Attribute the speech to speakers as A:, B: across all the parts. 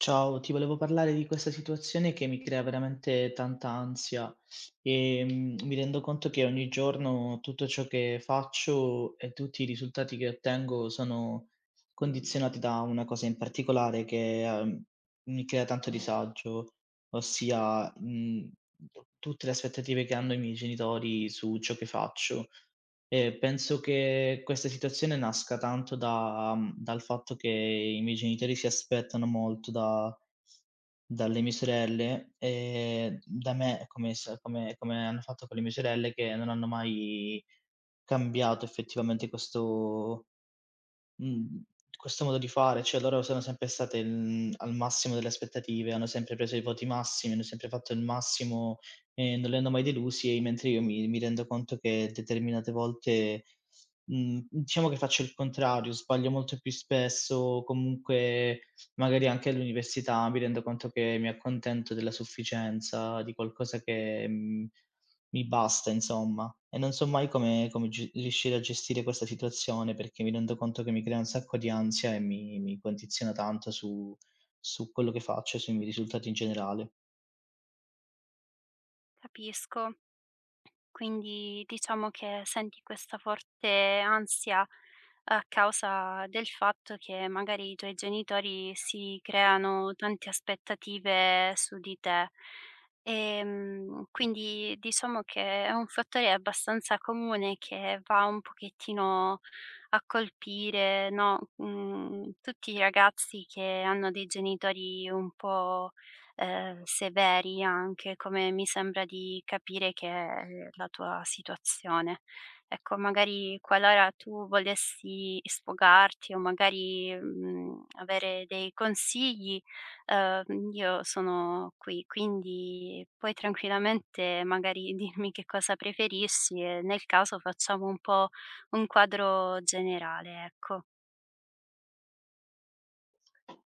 A: Ciao, ti volevo parlare di questa situazione che mi crea veramente tanta ansia e mi rendo conto che ogni giorno tutto ciò che faccio e tutti i risultati che ottengo sono condizionati da una cosa in particolare che mi crea tanto disagio, ossia tutte le aspettative che hanno i miei genitori su ciò che faccio. Penso che questa situazione nasca tanto da dal fatto che i miei genitori si aspettano molto da dalle mie sorelle, da me come s come come hanno fatto con le mie sorelle che non hanno mai cambiato effettivamente questo Mhmm, questo modo di fare, cioè loro sono sempre state, al massimo delle aspettative, hanno sempre preso i voti massimi, hanno sempre fatto il massimo e non li hanno mai delusi, e mentre io mi rendo conto che determinate volte, diciamo che faccio il contrario, sbaglio molto più spesso, comunque magari anche all'università mi rendo conto che mi accontento della sufficienza, di qualcosa che, mhmm mi basta insomma, e non so mai come come gi riuscire a gestire questa situazione, perché mi rendo conto che mi crea un sacco di ansia e mi condiziona tanto su quello che faccio e sui miei risultati in generale.
B: Capisco. Quindi diciamo che senti questa forte ansia a causa del fatto che magari i tuoi genitori si creano tante aspettative su di te. Quindi diciamo che è un fattore abbastanza comune che va un pochettino a colpire, no, tutti i ragazzi che hanno dei genitori un po' severi anche, come mi sembra di capire che è la tua situazione. Ecco, magari qualora tu volessi sfogarti o magari, avere dei consigli, io sono qui, quindi puoi tranquillamente magari dirmi che cosa preferisci e nel caso facciamo un po' un quadro generale, ecco.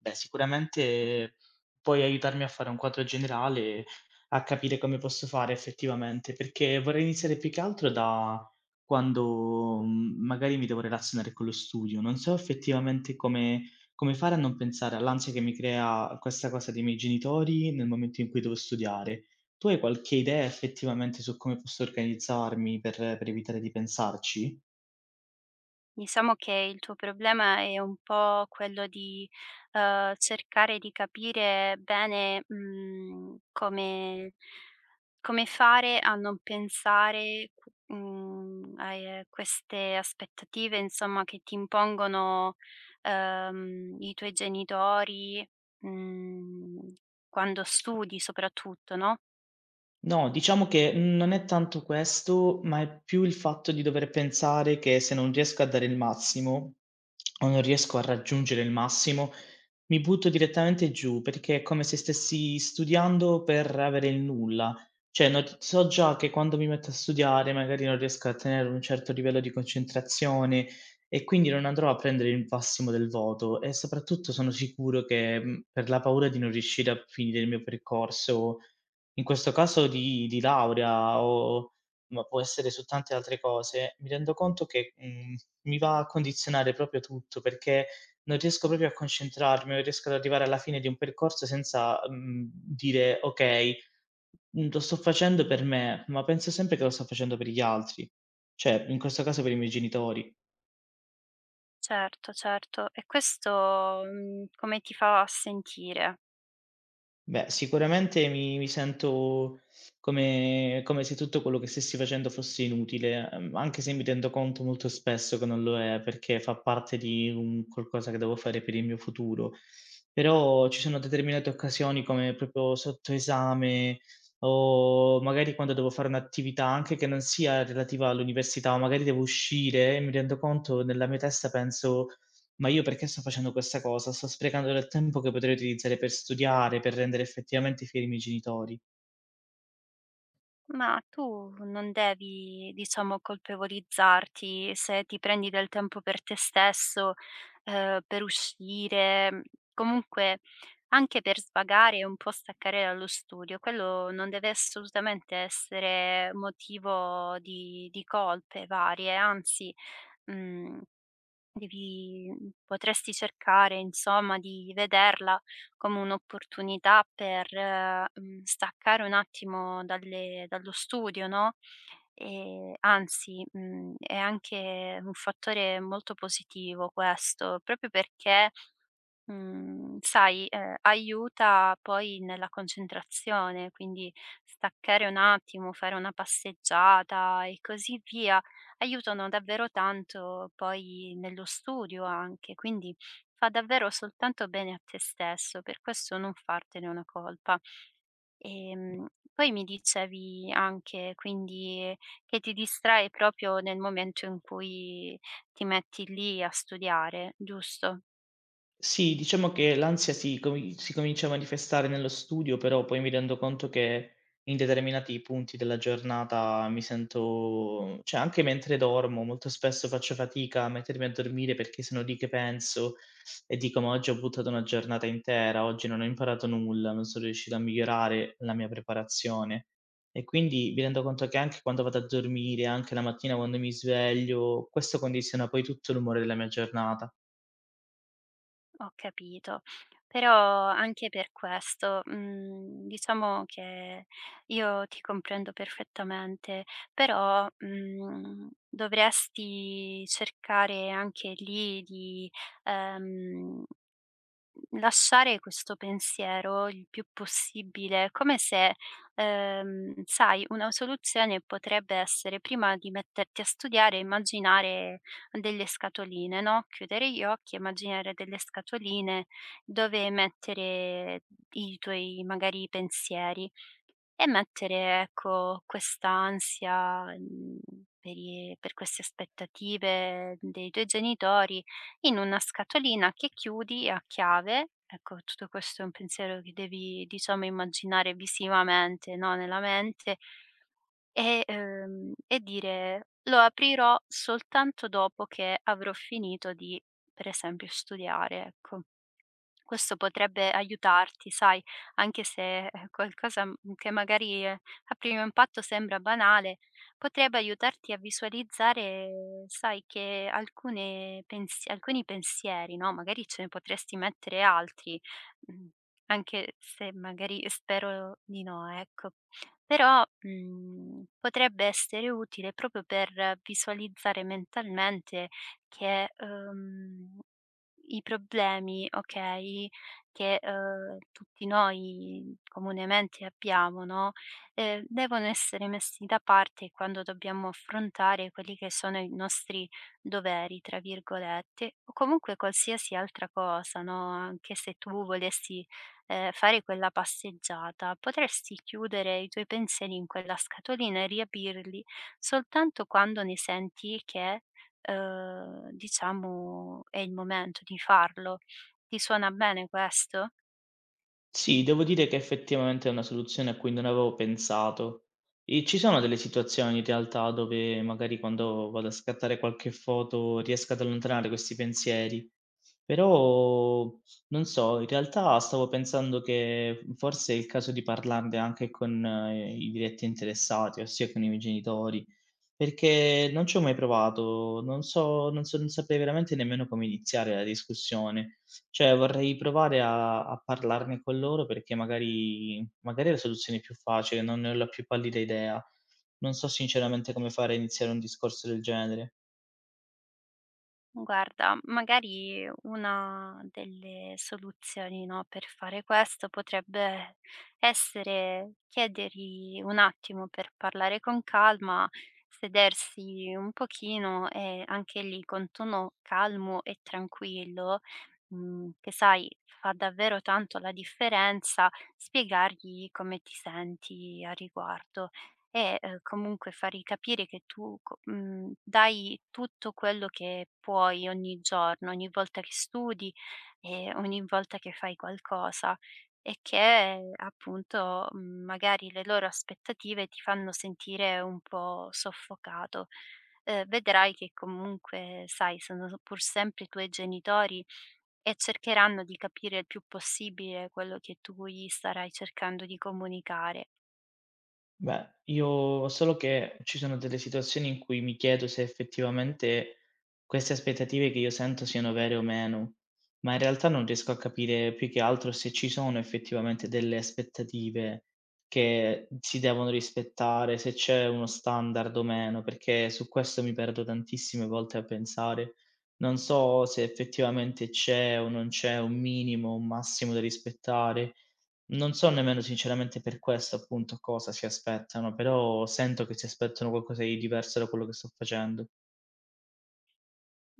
A: Beh, sicuramente puoi aiutarmi a fare un quadro generale, a capire come posso fare effettivamente, perché vorrei iniziare più che altro da quando, magari mi devo relazionare con lo studio. Non so effettivamente come fare a non pensare all'ansia che mi crea questa cosa dei miei genitori nel momento in cui devo studiare. Tu hai qualche idea effettivamente su come posso organizzarmi per evitare di pensarci?
B: Diciamo che il tuo problema è un po' quello di, cercare di capire bene, come fare a non pensare a, queste aspettative, insomma, che ti impongono, i tuoi genitori, mhmm, quando studi soprattutto, no?
A: No, diciamo che non è tanto questo, ma è più il fatto di dover pensare che se non riesco a dare il massimo, o non riesco a raggiungere il massimo, mi butto direttamente giù, perché è come se stessi studiando per avere il nulla. Cioè, no so già che quando mi metto a studiare magari non riesco a tenere un certo livello di concentrazione e quindi non andrò a prendere il massimo del voto e soprattutto sono sicuro che, per la paura di non riuscire a finire il mio percorso in questo caso di laurea o ma può essere su tante altre cose, mi rendo conto che, mi va a condizionare proprio tutto, perché non riesco proprio a concentrarmi, non riesco ad arrivare alla fine di un percorso senza, dire: "Okay, lo sto facendo per me", ma penso sempre che lo sto facendo per gli altri, cioè in questo caso per i miei genitori.
B: Certo, certo. E questo, come ti fa sentire?
A: Beh, sicuramente mi sento come se tutto quello che stessi facendo fosse inutile, anche se mi rendo conto molto spesso che non lo è, perché fa parte di un qualcosa che devo fare per il mio futuro. Però ci sono determinate occasioni come proprio sotto esame o magari quando devo fare un'attività anche che non sia relativa all'università, o magari devo uscire e mi rendo conto nella mia testa penso: "Ma io perché sto facendo questa cosa? Sto sprecando del tempo che potrei utilizzare per studiare, per rendere effettivamente fieri i miei genitori".
B: Ma tu non devi, diciamo, colpevolizzarti se ti prendi del tempo per te stesso, per uscire, comunque anche per svagare e un po' staccare dallo studio. Quello non deve assolutamente essere motivo di colpe varie, anzi, mhmm devi potresti cercare insomma di vederla come un'opportunità per, staccare un attimo dalle dallo studio, no, anzi, è anche un fattore molto positivo questo, proprio perché sai, aiuta poi nella concentrazione, quindi staccare un attimo, fare una passeggiata e così via, aiutano davvero tanto poi nello studio anche, quindi fa davvero soltanto bene a te stesso, per questo non fartene una colpa. Ehm, Poi mi dicevi anche quindi che ti distrae proprio nel momento in cui ti metti lì a studiare, giusto?
A: Sì, diciamo che l'ansia si comincia a manifestare nello studio, però poi mi rendo conto che in determinati punti della giornata mi sento cioè anche mentre dormo, molto spesso faccio fatica a mettermi a dormire perché sono lì che penso e dico: "Ma oggi ho buttato una giornata intera, oggi non ho imparato nulla, non sono riuscito a migliorare la mia preparazione". E quindi mi rendo conto che anche quando vado a dormire, anche la mattina quando mi sveglio, questo condiziona poi tutto l'umore della mia giornata.
B: Ho capito. Però anche per questo, diciamo che io ti comprendo perfettamente, però, dovresti cercare anche lì di, ehm lasciare questo pensiero il più possibile, come se, sai, una soluzione potrebbe essere prima di metterti a studiare, immaginare delle scatoline, no, chiudere gli occhi, immaginare delle scatoline dove mettere i tuoi magari pensieri. E mettere, ecco, quest'ansia, per i per queste aspettative dei tuoi genitori in una scatolina che chiudi a chiave. Ecco, tutto questo è un pensiero che devi, diciamo, immaginare visivamente, no, nella mente e dire: "Lo aprirò soltanto dopo che avrò finito di, per esempio, studiare", ecco. Questo potrebbe aiutarti, sai, anche se è qualcosa che magari a primo impatto sembra banale, potrebbe aiutarti a visualizzare, sai, che alcuni pensieri, no? Magari ce ne potresti mettere altri, mm, anche se magari spero di no, ecco. Però, potrebbe essere utile proprio per visualizzare mentalmente che i problemi, okay, che, tutti noi comunemente abbiamo, no, devono essere messi da parte quando dobbiamo affrontare quelli che sono i nostri "doveri", tra virgolette, o comunque qualsiasi altra cosa, no, anche se tu volessi, fare quella passeggiata, potresti chiudere i tuoi pensieri in quella scatolina e riaprirli soltanto quando ne senti che diciamo è il momento di farlo. Ti suona bene questo?
A: Sì, devo dire che effettivamente è una soluzione a cui non avevo pensato. E ci sono delle situazioni in realtà dove magari quando vado a scattare qualche foto riesco ad allontanare questi pensieri. Però non so, in realtà stavo pensando che forse è il caso di parlarne anche con i diretti interessati, ossia con i miei genitori, perché non ci ho mai provato, non so, non so, non saprei veramente nemmeno come iniziare la discussione. Cioè vorrei provare a parlarne con loro perché magari è la soluzione più facile, non ne ho la più pallida idea. Non so sinceramente come fare a iniziare un discorso del genere.
B: Guarda, magari una delle soluzioni, no, per fare questo potrebbe essere chiedergli un attimo per parlare con calma, sedersi un pochino e anche lì con tono calmo e tranquillo, che sai fa davvero tanto la differenza, spiegargli come ti senti a riguardo. E, comunque fargli capire che dai tutto quello che puoi ogni giorno, ogni volta che studi e ogni volta che fai qualcosa e che appunto, magari le loro aspettative ti fanno sentire un po' soffocato. Vedrai che comunque, sai, sono s pur sempre i tuoi genitori e cercheranno di capire il più possibile quello che tu gli starai cercando di comunicare.
A: Beh, io solo che ci sono delle situazioni in cui mi chiedo se effettivamente queste aspettative che io sento siano vere o meno, ma in realtà non riesco a capire più che altro se ci sono effettivamente delle aspettative che si devono rispettare, se c'è uno standard o meno, perché su questo mi perdo tantissime volte a pensare. Non so se effettivamente c'è o non c'è un minimo, un massimo da rispettare non so nemmeno sinceramente per questo appunto cosa si aspettano, però sento che si aspettano qualcosa di diverso da quello che sto facendo.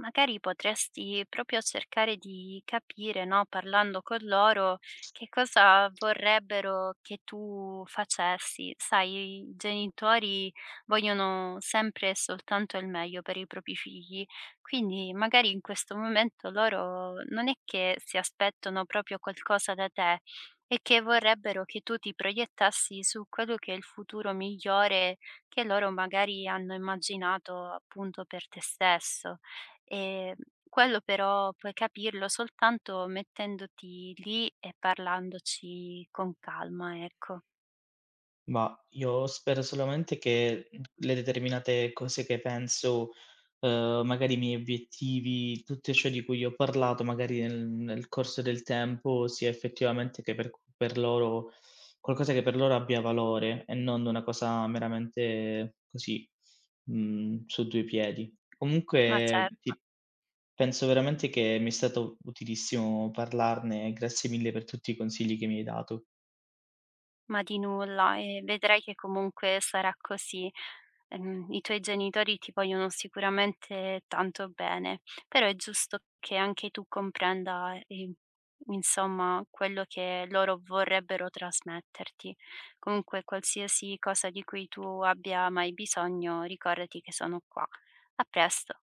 B: Magari potresti proprio cercare di capire, no, parlando con loro, che cosa vorrebbero che tu facessi. Sai, i genitori vogliono sempre e soltanto il meglio per i propri figli, quindi magari in questo momento loro non è che si aspettano proprio qualcosa da te, è che vorrebbero che tu ti proiettassi su quello che è il futuro migliore che loro magari hanno immaginato appunto per te stesso. Ehm, Quello però puoi capirlo soltanto mettendoti lì e parlandoci con calma, ecco.
A: Ma io spero solamente che, le determinate cose che penso, magari i miei obiettivi, tutto ciò di cui ho parlato magari nel corso del tempo, sia effettivamente che per c per loro qualcosa che per loro abbia valore e non una cosa meramente così, su due piedi.
B: Ma
A: Comunque
B: certo.
A: ti Penso veramente che mi è stato utilissimo parlarne e grazie mille per tutti i consigli che mi hai dato.
B: Ma di nulla, e vedrai che comunque sarà così. I tuoi genitori ti vogliono sicuramente tanto bene, però è giusto che anche tu comprenda, insomma, quello che loro vorrebbero trasmetterti. Comunque, qualsiasi cosa di cui tu abbia mai bisogno, ricordati che sono qua. A presto.